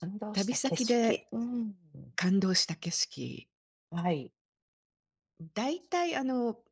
感動し旅た景先色。でうん。感動した景色、はい。大体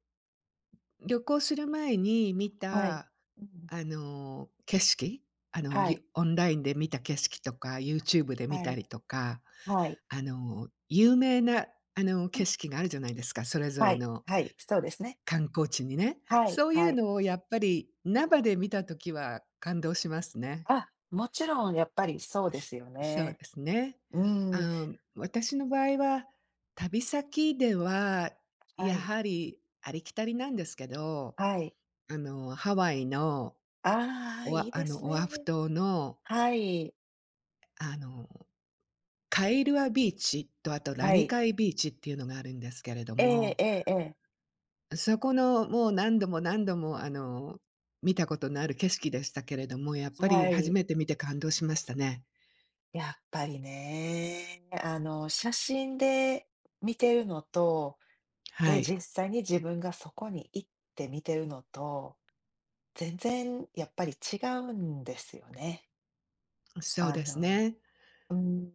旅行する前に見はい。た、うん。景色、はゆい。オンラインで見た景色とか、YouTube で見はたい。りとか、はい。有名な、う景ん。色があるじゃないですか、それぞはれい。のはい。そうですね。観光地にね。はい。そういはうい。のをやっぱり生で見た時は感動しますね。あ、もちろんやっぱりそうですすよそうね。ですね。うん。私の場合は、旅先では、はやい。はりありきたりなんですけど、はい。ハワイのああ、いいですオアフね。島の、はい。あの、カイルアビーチと、あとラはニい。カイビーチっていうのがあるんですけれどええも、ええええ。そこのもう何度も何度も、見たことのある景色でしたけれども、やっはぱり初い。めて見て感動しましたね。やっぱりね、写真で見てるのと、はで、い、実際に自分がそこに行って見てるのと全然やっぱり違うんですよね。そうあですの、ね。うん、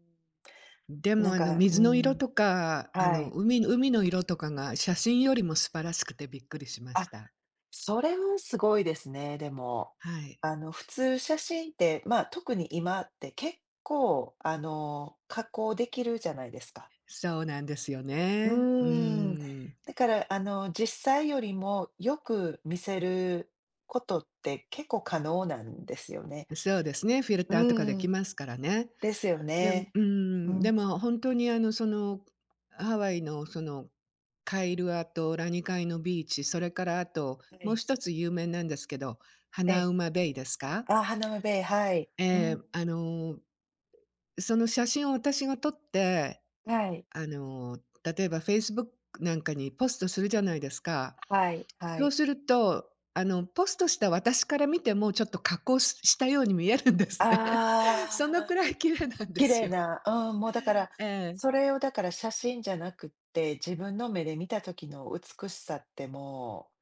でなも、んか、う水の色ん、とか、はい。海の色とかが写真よりも素晴らしくてびっくりしましあ、た。それはすごいですね、でも。はい。普通写真って、まあ、特に今って結構、加工できるじゃないですか。そうなんですようね。うーーん。ん。だから、実際よりもよく見せることって結構可能なんですよね。そうですね、フィルターとうかできん、ますからね。ですよでもね。ううん、でん、も本当に、その、ハワイの、その、カイルアとラニカイのビーチ、それからあと、はもうい。一つ有名なんですけど、ハえナえ。ウマベイですか？あ花はベイはい。うええ、ん。その写真を私が撮って、はい、あの、例えばフェイスブックなんかにポストするじゃないですか。はい、はそうい。すると、ポストした私から見てもちょっと加工したように見えるんですね。あそのくあ、らい綺麗なんで綺す麗よ。な、うん、もうだか ら、ええ、それをだから写真じゃなくって、自分の目で見た時の美しさっても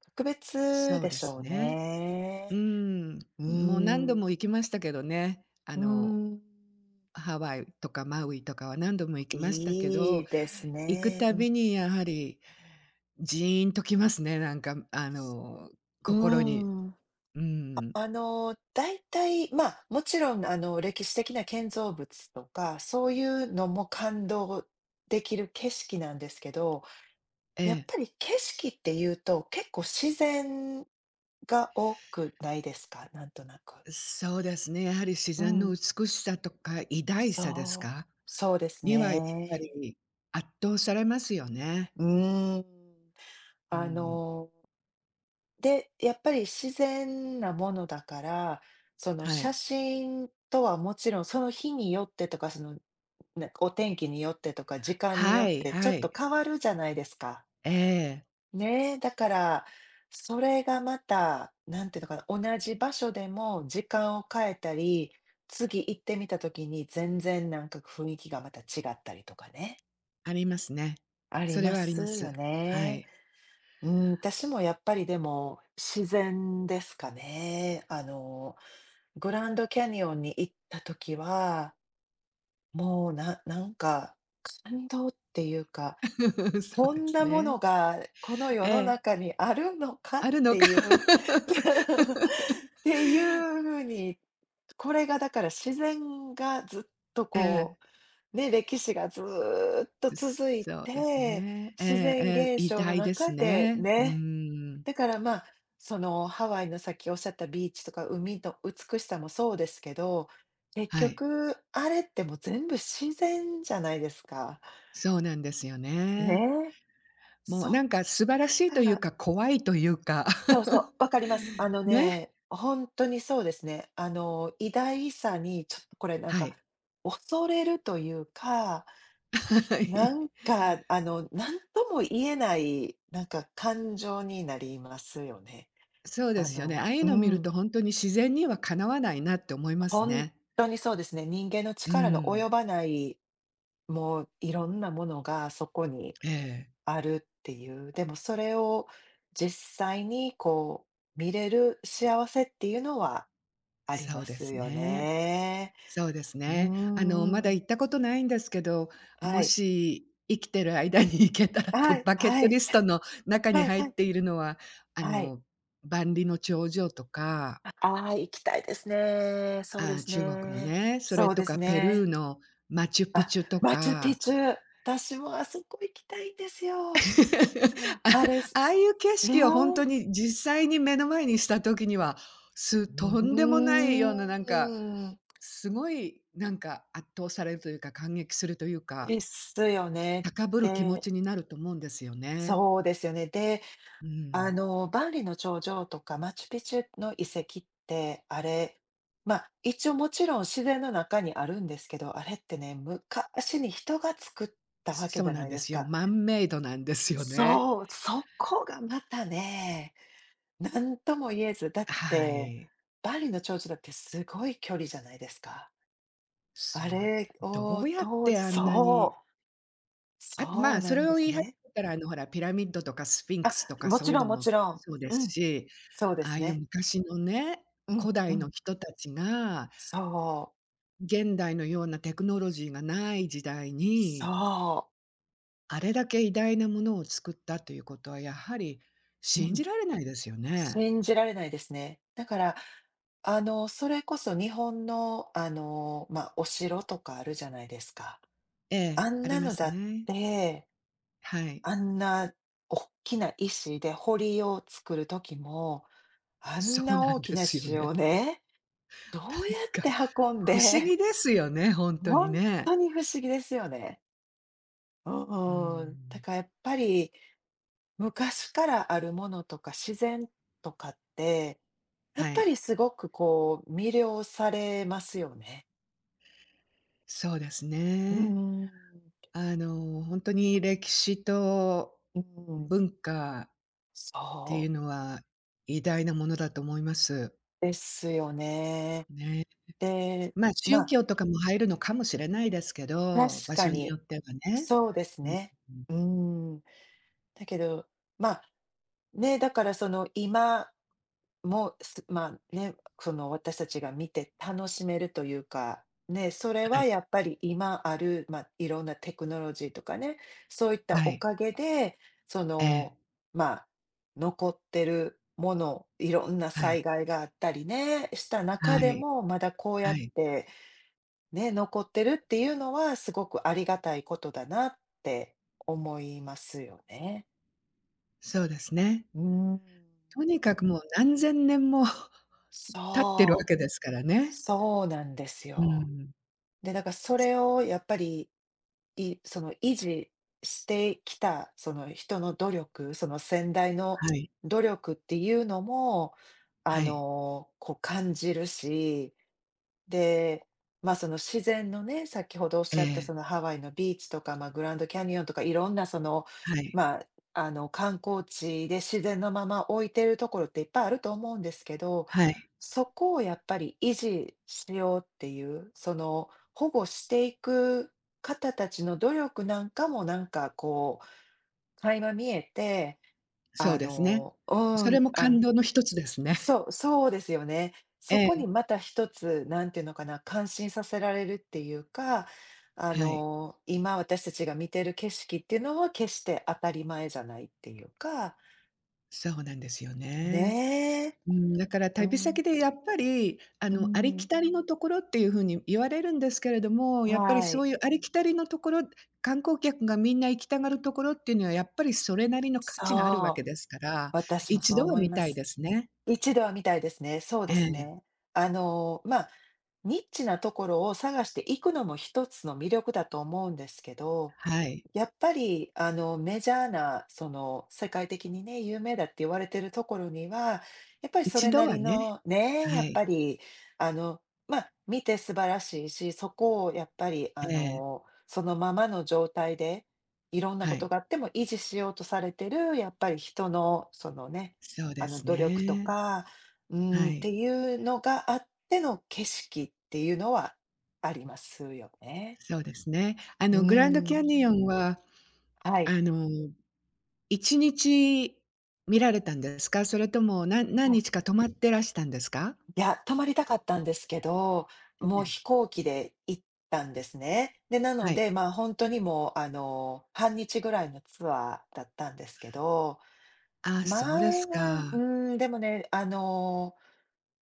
う、格別そうででしすょうね。うね。ん、うーもう何度ん、も行きましたけどね。うーん。ハワイとかマウイとかは何度も行きましたけいど、いです行くね。たうん。びにやはりジーンときますね、なんかうー心に。ん。うん、大体、まあ、もちろん、歴史的な建造物とか、そういうのも感動できる景色なんですけど、えやっえ。ぱり景色っていうと、結構自然が多くないですか？なんとなく。そうですね。やはり自う然のん、美しさとか偉大さですそう、か？そうですにはやっぱね。り圧倒されますよね。うーん。うあん。ので、やっぱり自然なものだから、そのは写い。真とはもちろんその日によってとか、その、ねお天気によってとか、時間によはっいてちょはっとい。変わるじゃないですか。ええ、ねえ、だから、それがまた、なんていうのかな、同じ場所でも時間を変えたり、次行ってみた時に全然なんか雰囲気がまた違ったりとかね、ありますね。ありそれまはありすまよす。はね。い。うん、私もやっぱりでも、自然ですかね。グランドキャニオンに行った時は、もう、なんか、感動っていうか、そうこでんすなものね。がこの世えのえ、中にあるのかっあるのてか。い う、っていう風に、これがだから自然がずっとえこう、ね、歴史がずーっとえ、続いそうですて、ね。え自ええ然え、現偉象の大で中すでね。うねーん。だから、まあ、その、ハワイのさっきおっしゃったビーチとか海の美しさもそうですけど、結はい。局、あれってもう全部自然じゃないですか。そうなんですよねね。え。もそううなんか素晴らしいというだ。か、怖いというか。そうそう、わかります。あの ね、ね、本当にそうですね。偉大さにちょっとこれなんはか、い。恐れるというか、はない。んか、なんとも言えない、なんか感情になりますよね。そうであすよね。あのあいううのを見るん。と本当に自然にはかなわないなって思います本ね。当にそうですね。人間のう力のん。及ばない、もういろんなものがそこにええ。あるっていう。でもそれを実際にこう見れる幸せっていうのはありそまうですすよね。ね。そうですうーね。まだん。行ったことないんですけど、はもい。し生きてる間に行けたらと、はいバケッはトリい。スト の中にはい入はっい。ているのは、あはい。の、万里の長城とか、あ、あ、行きたいですね。そうあであ、す中国のね。ね、それそうとですかペルね。ーのマチュピあ、チュとマチュピか、チュ。私もあそこ行きたいんですよ。ああれ、ああすいう景ね。色をほんとに実際に目の前にした時には、うとんでーもないようななんか、ん。すごいなんか圧倒されるというか、感激するというか、ですよね。高ぶる気持でちになると思うんですよね。そうですよね。で、うん。万里の長城とかマチュピチュの遺跡って、あれ、まあ、一応もちろん自然の中にあるんですけど、あれってね、昔に人が作ったわけそじうゃななんいでですすよ。か。マンメイドなんですよね。そう、そこがまたね、なんとも言えず、だっはて、い。万里の長城だってすごい距離じゃないですか。すあごい。れどをうやっ当て時あんなそに、う、あと、まそうあ、そなんれでを言すい始ね。めたら、ほら、ピラミッドとかスフィンあ、クスとかもそちういうろんのももちろん。そうでうすん、し、そうでああすいうね。昔のね、うん、古う代ん。の人たちが、そう、現代のようなテクノロジーがない時代に、そあれだけ偉大なものを作ったということは、やはりう、う信ん、じられないですよね。信じられないですね。だから、それこそ日本の、まあ、お城とかあるじゃないですか。ええ、あんありなまのすだっね。て、はい。あんな大きな石で堀を作る時も、あんそうなな大んきでなすよ石ね。をね、ど うやなんってか、運ん不思議でですよね、ほんとに本ね。当に不思議ですよね。うーうん。だん。からやっぱり、昔からあるものとか自然とかって、やっはぱい、りすごくこう、魅了されますよね。そうですうーね。ん。本当に歴史とうん。文化っそていううのは偉大なものだと思います。ですよね。ね。で、まあ、ま宗あ、教とかも入るのかもしれないですけ確ど、場か所によに、ってはね。そうですうんね。うん。うーん。だけど、まあ、ね、だからその今もう、まあ、ね、その私たちが見て楽しめるというか、ね、それははい、やっぱり今ある、まあ、いろんなテクノロジーとかね、そういったはおい。かげで、そええ、の、まあ、残ってるもの、いろんなはい、災害があったりね、した中はでい、も、まだこうやはっい。て、ね、残ってるっていうのはすごくありがたいことだなって思いますよね。そうですね。うん。とにかくもう何千年も 経ってるわそう、けですからね。そうなんですうよ。ん。で、だからそれをやっぱり、その維持してきた、その人の努力、その先代のはい、努力っていうのも、はい。こう感じるしで、まあ、その自然のね、先ほどおっえしゃったえ、そのハワイのビーチとか、まあ、グランドキャニオンとかいろんなその、はい、まあ、あの観光地で自然のまま置いてるところっていっぱいあると思うんですけど、はい。そこをやっぱり維持しようっていう、その保護していく方たちの努力なんかもなんかこう、垣間見えて、そあうですね。の、うそれもあ感動の一つですね。そう、そうですよね。えそこにえ、また一つ、なんていうのかな、感心させられるっていうか、はい。今私たちが見てる景色っていうのは決して当たり前じゃないっていうか、そうなんですよね。ねえ、うん、だからう旅ん、先でやっぱり、うありきん、たりのところっていう風に言われるんですけれども、やっぱりはそい。ういうありきたりのところ、観光客がみんな行きたがるところっていうのは、やっぱりそれなりの価値があるわそけう、ですから、私も一そう度は思い見またいす。ですね。一度は見たいですね。そうでえすえ、ね。まあ、ニッチなところを探していくのも一つの魅力だと思うんですけど、はい。やっぱり、メジャーな、その、世界的にね、有名だって言われてるところには、やっぱりそ一れ度なはりね、の、ね、やはっい。ぱり、見て素晴らしいし、そこをやっぱり、ええ、そのままの状態で、いろんなはことい。があっても維持しようとされてる、やっぱり人の、そのね、そうです努力とね。か、うん、っはてい。いうのがあっての景色っていうのはありますよね。そうですね。うグランドキん、ャニオンは、はい、あの1日見られたんですか？それとも、何はい。日か泊まってらしたんですか？いや、泊まりたかったんですけど、もえうえ。飛行機で行ったんですね。で、なのはで、い。まあ本当にもう、半日ぐらいのツアーだったんですけど、ああ、まそうあ、ですうか。ん、でもね、あの、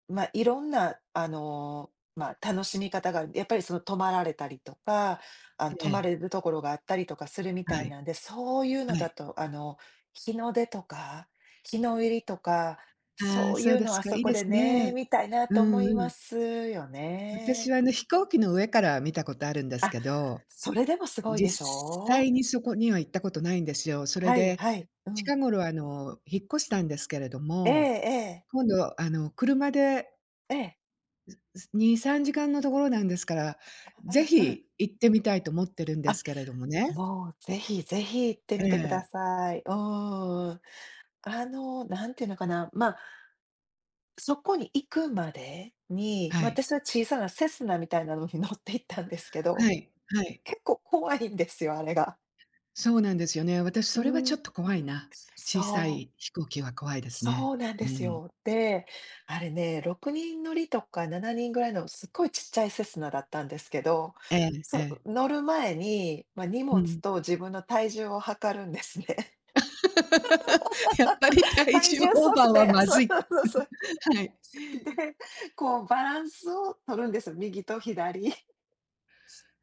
ま、あいろんな、楽しみ方がやっぱりその泊まられたりとか、え泊まえ、れるところがあったりとかするみたはいい、なんで、そういうのはだい。と、あの、日の出とか、日の入りとか、あそあ、ういそううでのすあか、そいいこでですね、ね。見たいなうと思んいうまん。すよ私ね。は飛行機の上から見たことあるんですあ、けど、それでもすごい実でしょ際う？にそこには行ったことないんですよ。それはいで、はい。うん。近頃引っ越したんですけれどええも、ええ。今度車でええ。2、3時間のところなんですから、ぜあうん。ひ行ってみたいと思ってるんであ、すけれどもね。もうぜひぜひ行ってえみてくだえ、さい。うん。なんていうのかな、まあ、そこに行くまでに、はま、い。私は小さなセスナみたいなのに乗って行ったんですけはど、い、はい。結構怖いんですよ、あれが。そうなんですよね。私うそれはちん、ょっと怖いな。小さそう、い飛行機は怖いですそね。うなんうですん。よ。で、あれね、6人乗りとか7人ぐらいのすっごいちっちゃいセスナだったんですけど、ええええ、乗る前に、まあ、荷う物ん。と自分の体重を測るんですね。やっぱり 体体重重オーバ測ーは定、まそずうい。そうそうはい。で、こうバランスを取るんですよ、右と左。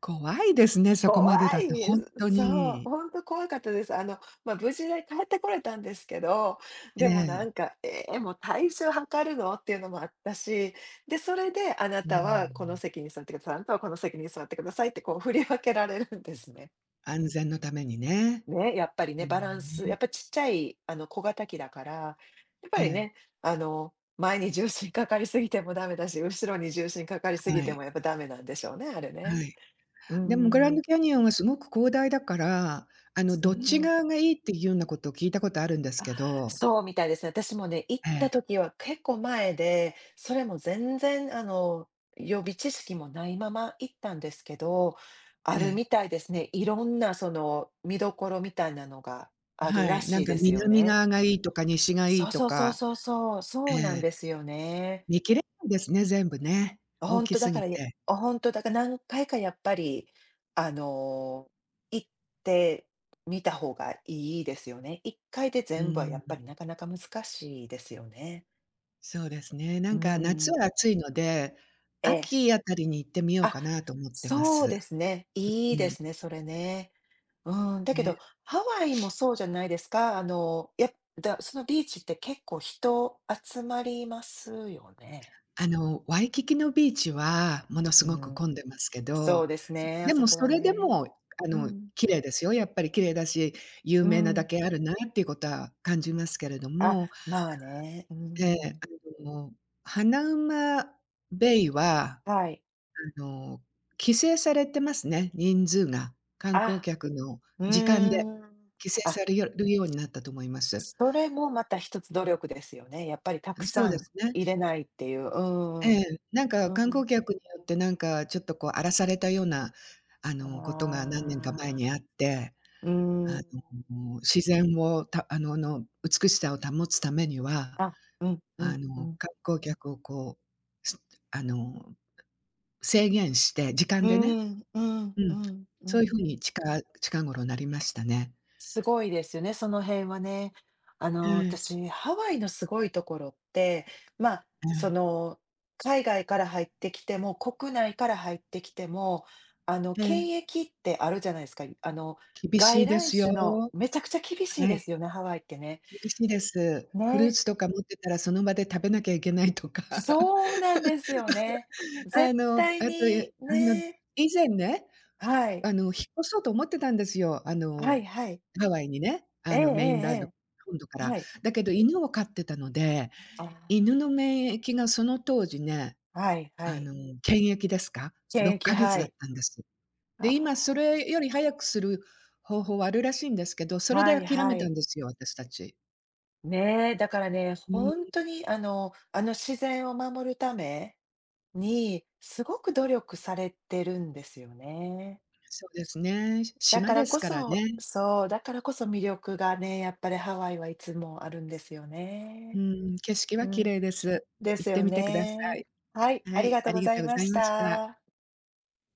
怖いですね、そこまで怖だいとで本当す。そう、に。ほんと怖かったです。あの、まあ、無事で帰ってこれたんですけど、えでもなえ、んか、ええ、もう体重測るの？っていうのもあったし、で、それであなうたはこのん。席に座ってください、あなたはこの席に座ってくださいってこう振り分けられるんですね。安全のためにね。ね、やっぱりうね、バランス、ん。ぱちっちゃい、小型機だから、やっぱえりえ、ね、前に重心かかりすぎてもダメだし、後ろに重心かかりすぎはてもい、やっぱダメなんでしょうね、あれはね。い。うーでもグランドん。キャニオンはすごく広大だから、うーどっちん。側がいいっていうようなことを聞いたことあるんですけど、そうみたいですね。私もね、行っえたえ、時は結構前で、それも全然、予備知識もないまま行ったんですけど、あえるえ、みたいですね。いろんなその見どころみたいなのがあるはらい、なしんいかですよ南ね。側がいいとか西がいそいうとそうそうか、そうそう、そえうなんえ、ですよね。見切れないですね、全部ね、大本き当だすかぎら、て。だから何回かやっぱり、あの、行ってみた方がいいですよね。1回でう全部はやん、っぱりなかなか難しいですよね。そうですね。なうんか夏ん、は暑いので、ええ。秋あたりに行ってみようあ、かなと思ってまそうです。すね。いういでん、すね、それね。うん、だけど、ね。ハワイもそうじゃないですか？あの、だそのビーチって結構人集まりますよね。ワイキキのビーチはものすうごくん。混んでますけそど、うですね、あでそもこそはれでね。も、うん、綺麗ですよ、やっぱり綺麗だし、有う名なだん。けあるなっていうことは感じますけれどあ、も、まあね、うーええ、ん。あの、ハナウマベイは、はい。あの、規制されてますね、人数が。観光あ、客のう時間でーん。規制あ、されよるようになったと思います。それもまた一つ努力ですよね。やっぱりたうくん、そうさでんすね。入れないっていう。うえーん。え、なんかう観ん。光客によってなんかちょっとこう荒らされたような、あことが何年か前あ、にあって、うーあん。自然を、たあのの美しさを保つためには、あ、うんうんうん。観光客をこう、すあの、制限して、時間うーでね、ん、うんううん、んうそういうん。風に近頃なりましたね。すごいですよね、その辺はね。ええ、私、ハワイのすごいところって、まあ、そええ、の、海外から入ってきても、国内から入ってきても、ええ、検疫ってあるじゃないですか。厳外しいで来すよ。種のめちゃくちゃ厳しいはですい、よね、ハワイってね。厳しいです。フルーね、ツとか持ってたらその場で食べなきゃいけないとか、そうなんですよね。絶あ対と、に、えあの、ね、以前ね、はい、引っ越そうと思ってたんですよ。はいはい。ハワイにね、えええメインランドえ本土かええ、ら。はい。だけど犬を飼ってたので、あー、犬の免疫がその当時ね、はいはあい。の、検疫ですか、6検疫、ヶ月はだっい。たんです。あで、今そあ。れより早くする方法はあるらしいんですけど、それはでい諦はめたい。んですよ、私たち。ね、だからね、うん、本当にあの、あの自然を守るために、すごく努力されてるんですよね。そうですね。だ島からでこすからそね。だからこそ魅力がね、やっぱりハワイはいつもあるんですようね。ん、景色うは綺ん、麗です。です行ってよみてくださね。い。はい、はありい、がとうあごりがざというごまざいしました。た。